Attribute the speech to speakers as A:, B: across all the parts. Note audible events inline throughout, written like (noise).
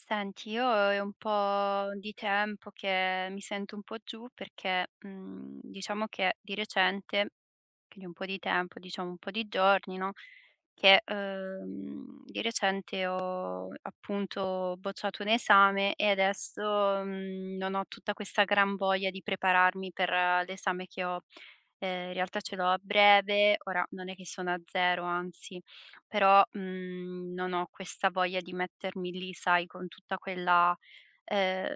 A: Senti, io è un po' di tempo che mi sento un po' giù perché, diciamo che di recente, quindi un po' di tempo, diciamo un po' di giorni, no, che, di recente ho appunto bocciato un esame e adesso, non ho tutta questa gran voglia di prepararmi per l'esame che ho. In realtà ce l'ho a breve, ora non è che sono a 0, anzi, però, non ho questa voglia di mettermi lì, sai, con tutta quella ehm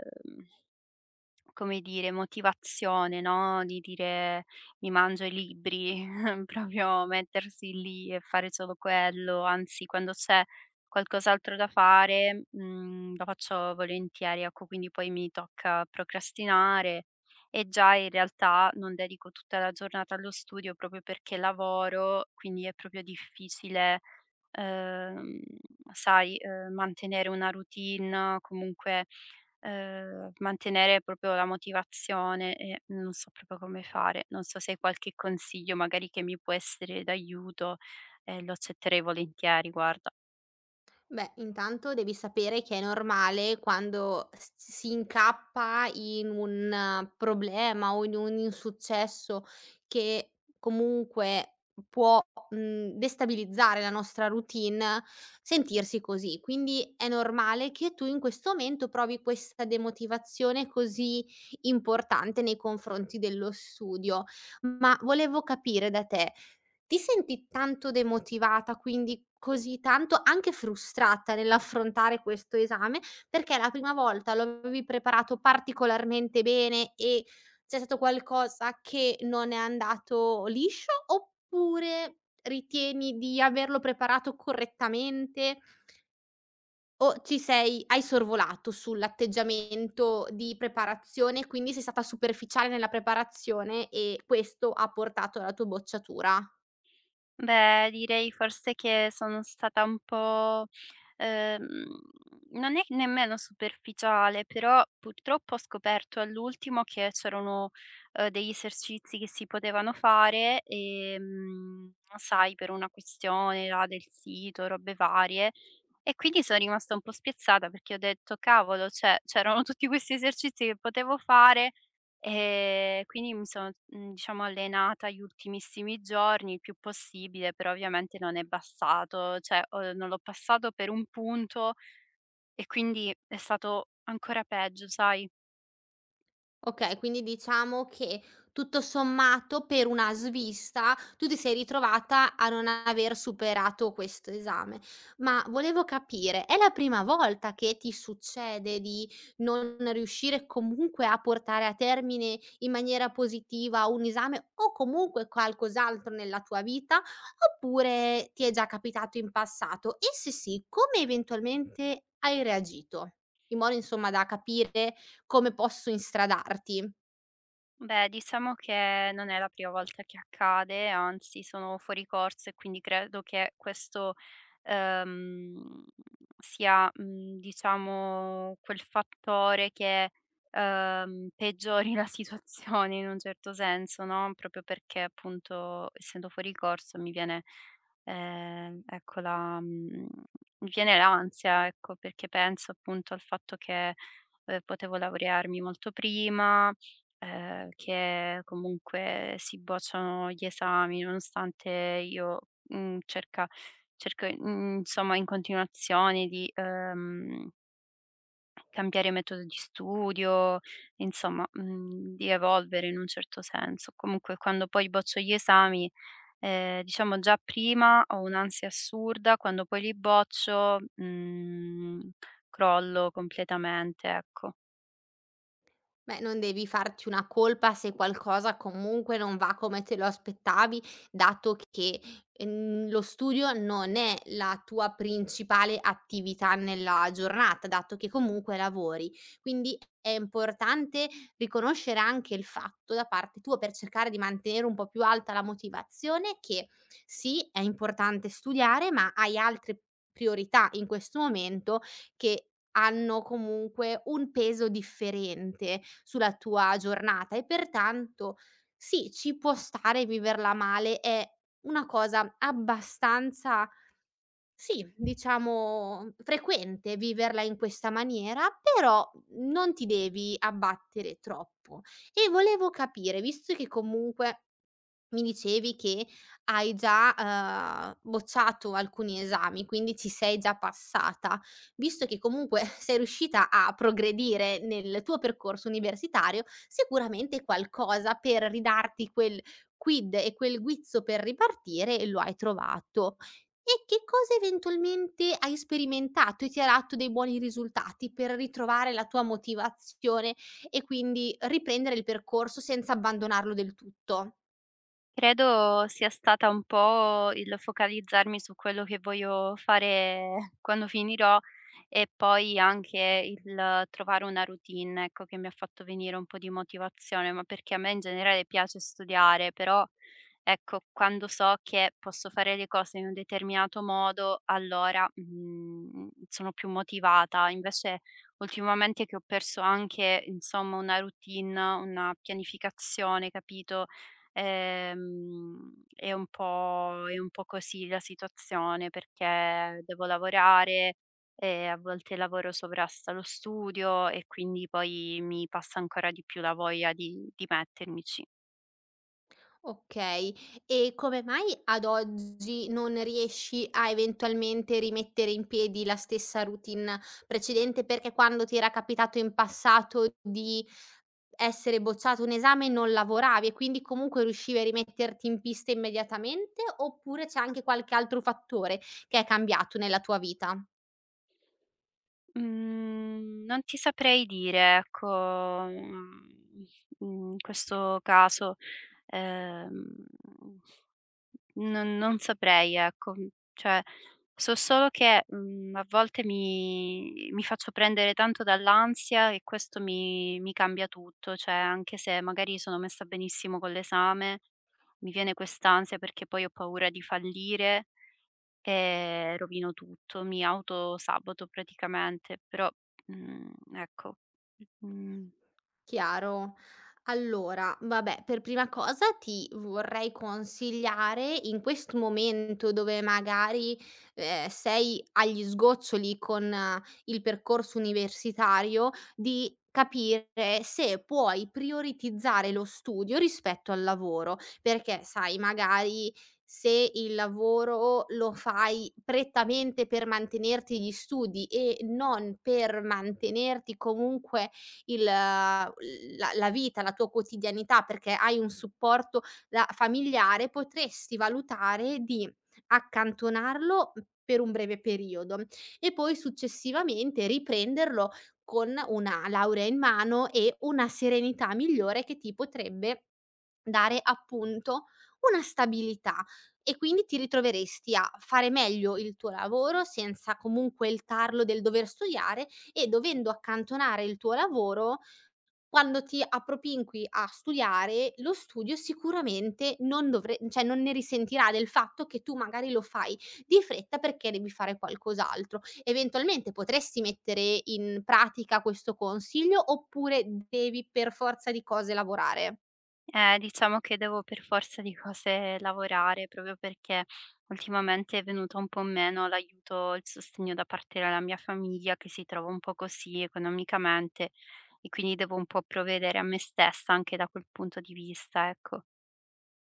A: come dire, motivazione, no, di dire: "Mi mangio i libri", (laughs) proprio mettersi lì e fare solo quello, anzi quando c'è qualcos'altro da fare, lo faccio volentieri, ecco, quindi poi mi tocca procrastinare e già in realtà non dedico tutta la giornata allo studio proprio perché lavoro, quindi è proprio difficile, ehm, sai, mantenere una routine, comunque mantenere proprio la motivazione e non so proprio come fare. Non so se hai qualche consiglio magari che mi può essere d'aiuto, lo accetterei volentieri, guarda.
B: Beh, intanto devi sapere che è normale quando si incappa in un problema o in un insuccesso che comunque può destabilizzare la nostra routine, sentirsi così. Quindi è normale che tu in questo momento provi questa demotivazione così importante nei confronti dello studio. Ma volevo capire da te, ti senti tanto demotivata, quindi così tanto anche frustrata nell'affrontare questo esame, perché la prima volta lo avevi preparato particolarmente bene e c'è stato qualcosa che non è andato liscio, oppure ritieni di averlo preparato correttamente o ci sei hai sorvolato sull'atteggiamento di preparazione, quindi sei stata superficiale nella preparazione e questo ha portato alla tua bocciatura?
A: Beh, direi forse che sono stata un po', ehm, non è nemmeno superficiale, però purtroppo ho scoperto all'ultimo che c'erano, degli esercizi che si potevano fare, sai per una questione là del sito, robe varie, e quindi sono rimasta un po' spiazzata perché ho detto: "Cavolo, cioè c'erano tutti questi esercizi che potevo fare. Quindi mi sono, diciamo allenata gli ultimissimi giorni il più possibile, però ovviamente non è bastato, cioè, non l'ho passato per 1 punto e quindi è stato ancora peggio, sai?
B: Okay, quindi diciamo che tutto sommato per una svista tu ti sei ritrovata a non aver superato questo esame. Ma volevo capire, è la prima volta che ti succede di non riuscire comunque a portare a termine in maniera positiva un esame o comunque qualcos'altro nella tua vita, oppure ti è già capitato in passato? E se sì, come eventualmente hai reagito? In modo insomma da capire come posso instradarti?
A: Beh, diciamo che non è la prima volta che accade, anzi sono fuori corso e quindi credo che questo, ehm, sia, diciamo quel fattore che, peggiori la situazione in un certo senso, no, proprio perché appunto essendo fuori corso mi viene, ehm, ecco la mhmm, mi viene l'ansia, ecco, perché penso appunto al fatto che, potevo laurearmi molto prima, che comunque si bocciano gli esami, nonostante io, cerca cerco, insomma in continuazione di, cambiare metodo di studio, insomma, di evolvere in un certo senso. Comunque quando poi boccio gli esami, diciamo già prima ho un'ansia assurda, quando poi li boccio, crollo completamente, ecco.
B: Beh, non devi farti una colpa se qualcosa comunque non va come te lo aspettavi, dato che, lo studio non è la tua principale attività nella giornata, dato che comunque lavori. Quindi è importante riconoscere anche il fatto da parte tua, per cercare di mantenere un po' più alta la motivazione, che sì, è importante studiare, ma hai altre priorità in questo momento che hanno comunque un peso differente sulla tua giornata e pertanto sì, ci può stare viverla male, è una cosa abbastanza sì, diciamo frequente viverla in questa maniera, però non ti devi abbattere troppo. E volevo capire, visto che comunque mi dicevi che hai già, bocciato alcuni esami, quindi ci sei già passata, visto che comunque (laughs) sei riuscita a progredire nel tuo percorso universitario, sicuramente qualcosa per ridarti quel quid e quel guizzo per ripartire lo hai trovato. E che cosa eventualmente hai sperimentato e ti ha dato dei buoni risultati per ritrovare la tua motivazione e quindi riprendere il percorso senza abbandonarlo del tutto?
A: Credo sia stata un po' il focalizzarmi su quello che voglio fare (laughs) quando finirò e poi anche il trovare una routine, ecco, che mi ha fatto venire un po' di motivazione, ma perché a me in generale piace studiare, però ecco, quando so che posso fare le cose in un determinato modo, allora, sono più motivata. Invece ultimamente che ho perso anche, insomma, una routine, una pianificazione, capito? Ehm, è un po' così la situazione perché devo lavorare e a volte il lavoro sovrasta lo studio e quindi poi mi passa ancora di più la voglia di mettermici.
B: Okay. E come mai ad oggi non riesci a eventualmente rimettere in piedi la stessa routine precedente? Perché quando ti era capitato in passato di essere bocciato un esame non lavoravi e quindi comunque riuscivi a rimetterti in pista immediatamente, oppure c'è anche qualche altro fattore che è cambiato nella tua vita?
A: Mhmm, non ti saprei dire ecco, in questo caso, ehm non saprei ecco, cioè so solo che, a volte mi faccio prendere tanto dall'ansia e questo mi cambia tutto, cioè anche se magari sono messa benissimo con l'esame, mi viene quest'ansia perché poi ho paura di fallire e rovino tutto, mi autosaboto praticamente, però, mhmm, ecco, mhmm
B: Chiaro. Allora, vabbè, per prima cosa ti vorrei consigliare in questo momento dove magari sei agli sgoccioli con il percorso universitario, di capire se puoi prioritizzare lo studio rispetto al lavoro, perché sai, magari se il lavoro lo fai prettamente per mantenerti gli studi e non per mantenerti comunque il la vita, la tua quotidianità, perché hai un supporto da familiare, potresti valutare di accantonarlo, mhmm, per un breve periodo e poi successivamente riprenderlo con una laurea in mano e una serenità migliore che ti potrebbe dare appunto una stabilità e quindi ti ritroveresti a fare meglio il tuo lavoro senza comunque il tarlo del dover studiare e dovendo accantonare il tuo lavoro, quando ti appropinqui a studiare, lo studio sicuramente non dovre cioè non ne risentirà del fatto che tu magari lo fai di fretta perché devi fare qualcos'altro. Eventualmente potresti mettere in pratica questo consiglio oppure devi per forza di cose lavorare?
A: Diciamo che devo per forza di cose lavorare, proprio perché ultimamente è venuto un po' meno l'aiuto, il sostegno da parte della mia famiglia che si trova un po' così economicamente e quindi devo un po' provvedere a me stessa anche da quel punto di vista, ecco.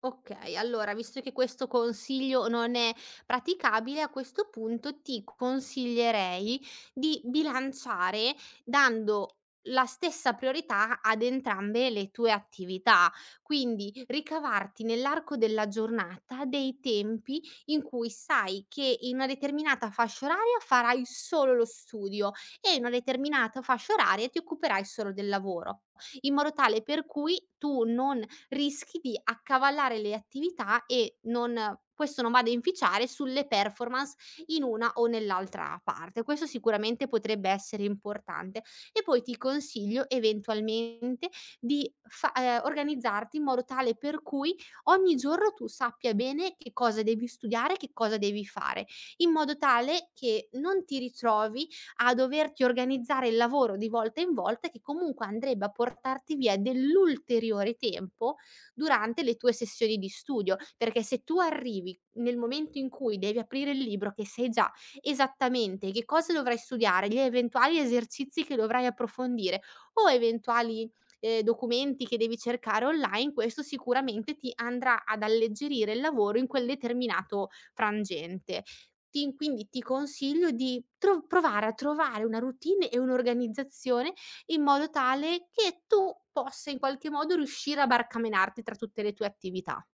B: Okay, allora visto che questo consiglio non è praticabile, a questo punto ti consiglierei di bilanciare dando la stessa priorità ad entrambe le tue attività. Quindi ricavarti nell'arco della giornata dei tempi in cui sai che in una determinata fascia oraria farai solo lo studio e in una determinata fascia oraria ti occuperai solo del lavoro, in modo tale per cui tu non rischi di accavallare le attività e non questo non vada a inficiare sulle performance in una o nell'altra parte. Questo sicuramente potrebbe essere importante. E poi ti consiglio eventualmente di fa organizzarti in modo tale per cui ogni giorno tu sappia bene che cosa devi studiare, che cosa devi fare, in modo tale che non ti ritrovi a doverti organizzare il lavoro di volta in volta che comunque andrebbe a portarti via dell'ulteriore tempo durante le tue sessioni di studio, perché se tu arrivi nel momento in cui devi aprire il libro che sai già esattamente che cosa dovrai studiare, gli eventuali esercizi che dovrai approfondire o eventuali, documenti che devi cercare online, questo sicuramente ti andrà ad alleggerire il lavoro in quel determinato frangente. Ti quindi ti consiglio di tro provare a trovare una routine e un'organizzazione in modo tale che tu possa in qualche modo riuscire a barcamenarti tra tutte le tue attività.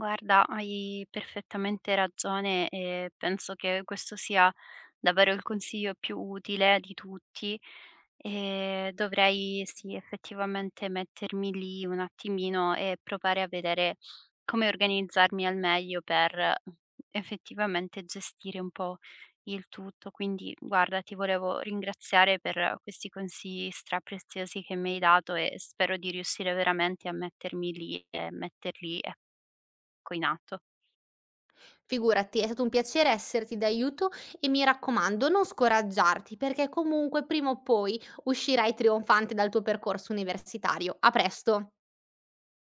A: Guarda, hai perfettamente ragione e penso che questo sia davvero il consiglio più utile di tutti e dovrei sì, effettivamente mettermi lì un attimino e provare a vedere come organizzarmi al meglio per effettivamente gestire un po' il tutto. Quindi, guarda, ti volevo ringraziare per questi consigli strapreziosi che mi hai dato e spero di riuscire veramente a mettermi lì e metterli ecco, ecco in atto.
B: Figurati, è stato un piacere esserti d'aiuto e mi raccomando non scoraggiarti perché comunque prima o poi uscirai trionfante dal tuo percorso universitario. A presto.